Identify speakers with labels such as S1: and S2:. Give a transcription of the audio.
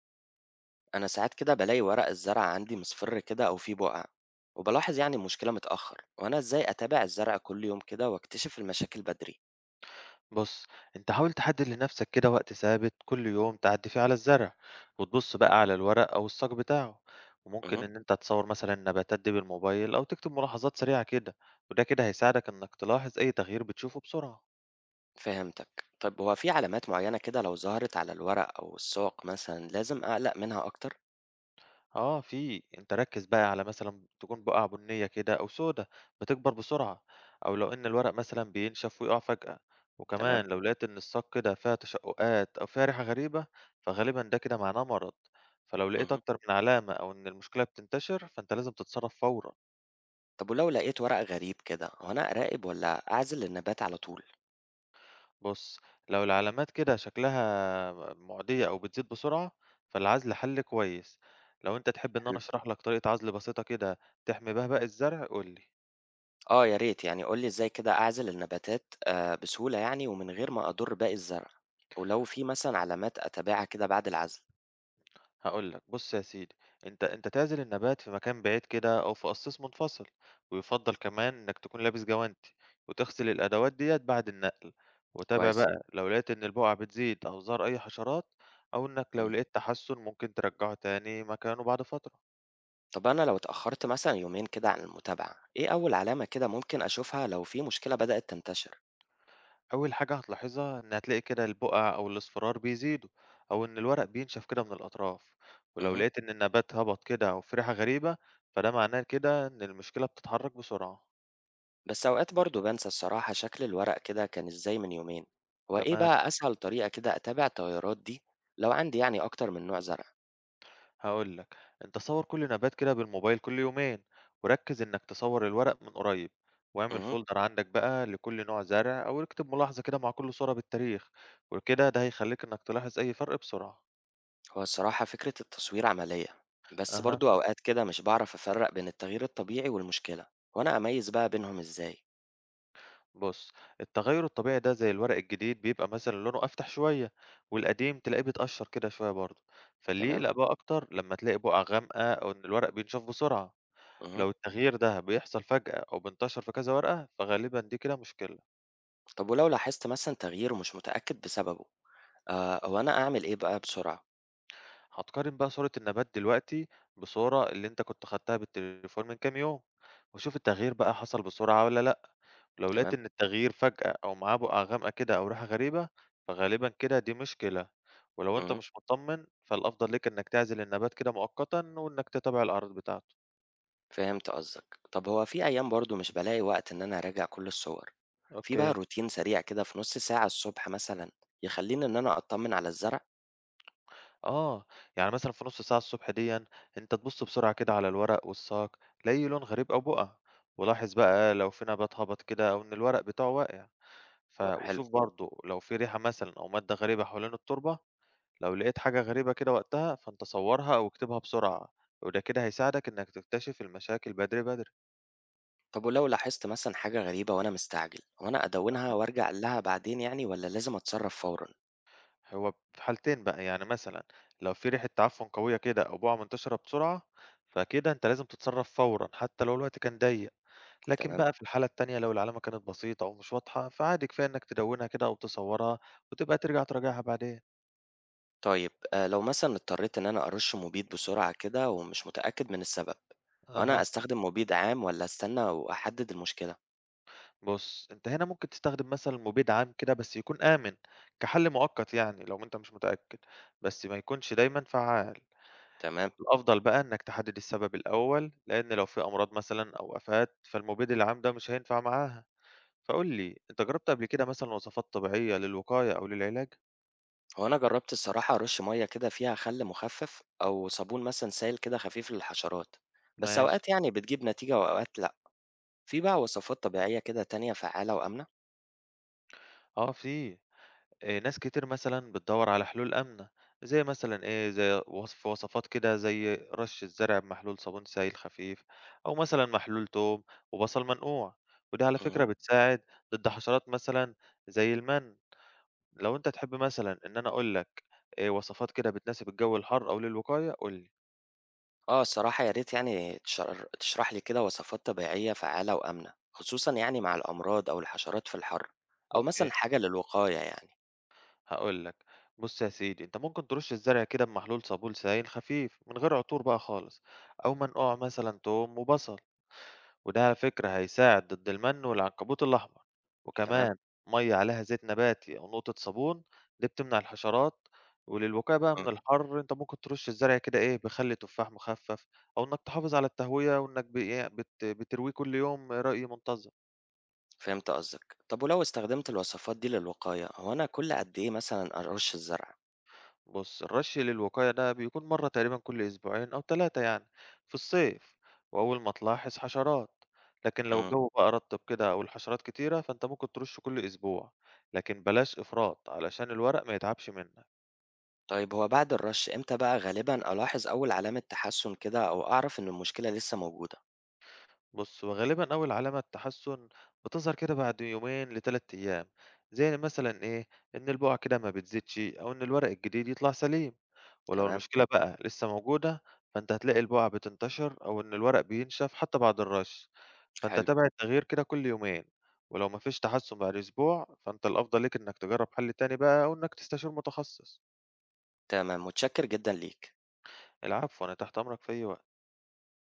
S1: أنا ساعات كده بلاقي ورق الزرع عندي مصفر كده أو فيه بقع، وبلاحظ يعني المشكلة متأخر، وأنا إزاي أتابع الزرع كل يوم كده وأكتشف المشاكل بدري؟
S2: بص، انت حاول تحدد لنفسك كده وقت ثابت كل يوم تعدي فيه على الزرع، وتبص بقى على الورق او الساق بتاعه. وممكن
S1: أه.
S2: ان انت تصور مثلا النباتات دي بالموبايل او تكتب ملاحظات سريعة كده، وده كده هيساعدك انك تلاحظ اي تغيير بتشوفه بسرعة.
S1: فهمتك. طيب هو في علامات معينة كده لو ظهرت على الورق أو الساق مثلا لازم أقلق منها أكتر؟
S2: آه في، أنت ركّز بقى على مثلًا تكون بقع بُنية كده أو سودا بتكبر بسرعة، أو لو إن الورق مثلًا بينشف ويقع فجأة،
S1: تمام.
S2: وكمان لو لقيت إن الساق كده فيها تشقُّقات أو فيها ريحة غريبة، فغالبًا ده كده معناه مرض، فلو لقيت
S1: أه.
S2: أكتر من علامة أو إن المشكلة بتنتشر فأنت لازم تتصرّف فورًا.
S1: طب ولو لقيت ورق غريب كده، هو أنا أراقب ولا أعزل النبات على طول؟
S2: بُص، لو العلامات كده شكلها مُعدية أو بتزيد بسرعة فالعزل حَل كويس، لو أنت تحب إن أنا
S1: حلو.
S2: أشرح لك طريقة عزل بسيطة كده تحمي بيها باقي الزرع قُل لي.
S1: آه يا ريت، يعني قولي إزاي كده أعزل النباتات بسهولة يعني، ومن غير ما أضر باقي الزرع، ولو في مثلا علامات أتابعها كده بعد العزل.
S2: هاقول لك، بُص يا سيدي، أنت تعزل النبات في مكان بعيد كده أو في قصيص منفصل، ويُفضّل كمان إنك تكون لابس جوانتي، وتغسل الأدوات ديّة بعد النقل، وتابع تمام.
S1: كويس.
S2: بقى لو لقيت إن البقع بتزيد أو ظهر أي حشرات، أو إنك لو لقيت تحسُّن ممكن ترجّعه تاني مكانه بعد فترة.
S1: طب أنا لو اتأخرت مثلًا يومين كده عن المتابعة، إيه أول علامة كده ممكن أشوفها لو في مشكلة بدأت تنتشر؟
S2: أول حاجة هتلاحظها إن هتلاقي كده البقع أو الأصفرار بيزيدوا، أو إن الورق بينشف كده من الأطراف، ولو
S1: اهم.
S2: لقيت إن النبات هبط كده أو في ريحة غريبة، فده معناه كده إن المشكلة بتتحرك بسرعة.
S1: بس أوقات برضه بانسى الصراحة شكل الورق كده كان إزاي من يومين، هو إيه
S2: تمام.
S1: بقى أسهل طريقة كده أتابع التغيرات دي لو عندي يعني أكتر من نوع زرع؟
S2: هاقول لك، أنت صوّر كل نبات كده بالموبايل كل يومين، وركّز إنك تصوّر الورق من قريب، واعمل
S1: اهم.
S2: folder عندك بقى لكل نوع زرع أو اكتب ملاحظة كده مع كل صورة بالتاريخ، وكده ده هيخلّيك إنك تلاحظ أي فرق بسرعة.
S1: هو الصراحة فكرة التصوير عملية، بس
S2: أها،
S1: برضه أوقات كده مش باعرف أفرق بين التغيير الطبيعي والمشكلة، وأنا أميز بقى بينهم إزاي؟
S2: بُص، التغيّر الطبيعي ده زي الورق الجديد بيبقى مثلًا لونه أفتح شوية، والقديم تلاقيه بيتقشّر كده شوية برضه، فاللي
S1: تمام.
S2: يقلق بقى أكتر لمّا تلاقي بُقع غامقة أو إن الورق بينشف بسرعة،
S1: اهم.
S2: لو التغيير ده بيحصل فجأة أو بينتشر في كذا ورقة، فغالبًا دي كده مشكلة.
S1: طب ولو لاحظت مثلًا تغيير ومش متأكد بسببه، هو أنا أعمل إيه بقى بسرعة؟
S2: هتقارن بقى صورة النبات دلوقتي بصورة اللي انت كنت خدتها بالتليفون من كام يوم، وشوف التغيير بقى حصل بسرعة ولا لأ. لو لقيت
S1: تمام.
S2: إن التغيير فجأة أو معاه بقع غامقة كده أو ريحة غريبة فغالبا كده دي مشكلة، ولو انت
S1: اهم.
S2: مش مطمن فالأفضل ليك إنك تعزل النبات كده مؤقتا وإنك تتابع الأعراض بتاعته.
S1: فهمت قصدك. طب هو في أيام برضه مش بالاقي وقت إن أنا أراجع كل الصور، في بقى
S2: اوكي،
S1: روتين سريع كده في نُص ساعة الصبح مثلًا يخلّيني إن أنا أطمن على الزرع؟
S2: اه، يعني مثلا في نص ساعة الصبح ديا انت تبص بسرعة كده على الورق والساق، لاقي لون غريب أو بقع، ولاحظ بقى لو في نبات هبط كده أو إن الورق بتاعه واقع.
S1: هو حلو.
S2: وشوف برضه لو في ريحة مثلًا أو مادة غريبة حوالين التربة، لو لقيت حاجة غريبة كده وقتها، فأنت صورها أو اكتبها بسرعة، وده كده هيساعدك إنك تكتشف المشاكل بدري، بدري.
S1: طب ولو لاحظت مثلًا حاجة غريبة وأنا مستعجل، هو أنا أدوّنها وأرجع لها بعدين يعني والّا لازم أتصرّف فورًا؟
S2: هو في حالتين بقى، يعني مثلًا لو في ريحة تعفن قوية كده أو بُقعة منتشرة بسرعة، فكده أنت لازم تتصرف فورًا حتى لو الوقت كان ضيق. لكن
S1: تمام.
S2: بقى في الحالة التانية لو العلامة كانت بسيطة أو مش واضحة، فعادي كفاية إنك تدوِّنها كده أو تصورها وتبقى ترجع تراجعها بعدين.
S1: طيب لو مثلًا اضطريت إن أنا أرُش مبيد بسرعة كده ومش متأكد من السبب، هو أنا
S2: أها.
S1: أستخدم مبيد عام والّا أستنى وأحدد المشكلة؟
S2: بُص، أنت هنا ممكن تستخدم مثلًا مبيد عام كده بس يكون آمن، كحل مؤقت يعني لو أنت مش متأكد، بس ما يكونش دايمًا فعّال.
S1: تمام.
S2: الأفضل بقى إنك تحدد السبب الأول، لأن لو في أمراض مثلًا أو آفات، فالمبيد العام ده مش هينفع معاها. فقُل لي، أنت جربت قبل كده مثلًا وصفات طبيعية للوقاية أو للعلاج؟
S1: هو أنا جرّبت الصراحة أرُش مَيّة كده فيها خَل مُخفّف أو صابون مثلًا سايل كده خفيف للحشرات، بس
S2: ماشي،
S1: أوقات يعني بتجيب نتيجة وأوقات لأ، في بقى وصفات طبيعية كده تانية فعّالة وآمنة؟
S2: آه في. ناس كتير مثلًا بتدوّر على حلول آمنة، زي مثلًا إيه، زي وصفات كده زي رش الزرع بمحلول صابون سائل خفيف، أو مثلًا محلول توم وبصل منقوع، ودي على فكرة
S1: اهم.
S2: بتساعد ضد حشرات مثلًا زي المَن. لو أنت تحب مثلًا إن أنا أقول لك وصفات كده بتناسب الجو الحار أو للوقاية قُل لي.
S1: آه الصراحة يا ريت يعني تشرح لي كده وصفات طبيعية فعّالة وآمنة، خصوصًا يعني مع الأمراض أو الحشرات في الحَر، أو
S2: أوكي،
S1: مثلًا حاجة للوقاية يعني،
S2: هاقول لك، بُص يا سيدي، أنت ممكن ترش الزرع كده بمحلول صابون سائل خفيف من غير عطور بقى خالص، أو منقوع مثلًا توم وبصل. وده على فكرة هيساعد ضد المن والعنكبوت الأحمر،
S1: تمام؟
S2: وكمان مية عليها زيت نباتي أو نقطة صابون دي بتمنع الحشرات. وللوقاية بقى
S1: إمم.
S2: من الحر انت ممكن ترش الزرع كده ايه بخل تفاح مخفف، او انك تحافظ على التهوية وانك بترويه كل يوم ري منتظم.
S1: فهمت قصدك. طَب ولو استخدمت الوصفات دي للوقاية، هو أنا كل قد إيه مثلًا أرُش الزرع؟
S2: بُص، الرش للوقاية ده بيكون مرة تقريبًا كل أسبوعين أو 3 يعني في الصيف، وأول ما تلاحظ حشرات، لكن لو
S1: إمم.
S2: الجو بقى رطب كده أو الحشرات كتيرة فأنت ممكن ترش كل أسبوع، لكن بلاش إفراط علشان الورق ما يتعبش منك.
S1: طيب هو بعد الرش إمتى بقى غالبًا ألاحظ أول علامة تحسُّن كده أو أعرف إن المشكلة لسه موجودة؟
S2: بُص، وغالبًا أول علامة تحسن بتظهر كده بعد يومين ل3 أيام، زي مثلًا إيه، إن البقع كده ما بتزيدش أو إن الورق الجديد يطلع سليم. ولو
S1: تمام.
S2: المشكلة بقى لسه موجودة، فأنت هتلاقي البقع بتنتشر أو إن الورق بينشف حتى بعد الرش، فأنت
S1: حلو.
S2: تابع التغيير كده كل يومين، ولو ما فيش تحسن بعد أسبوع، فأنت الأفضل ليك إنك تجرب حل تاني بقى أو إنك تستشير متخصص.
S1: تمام، متشكر جدًا ليك.
S2: العفو، أنا تحت أمرك في أي وقت.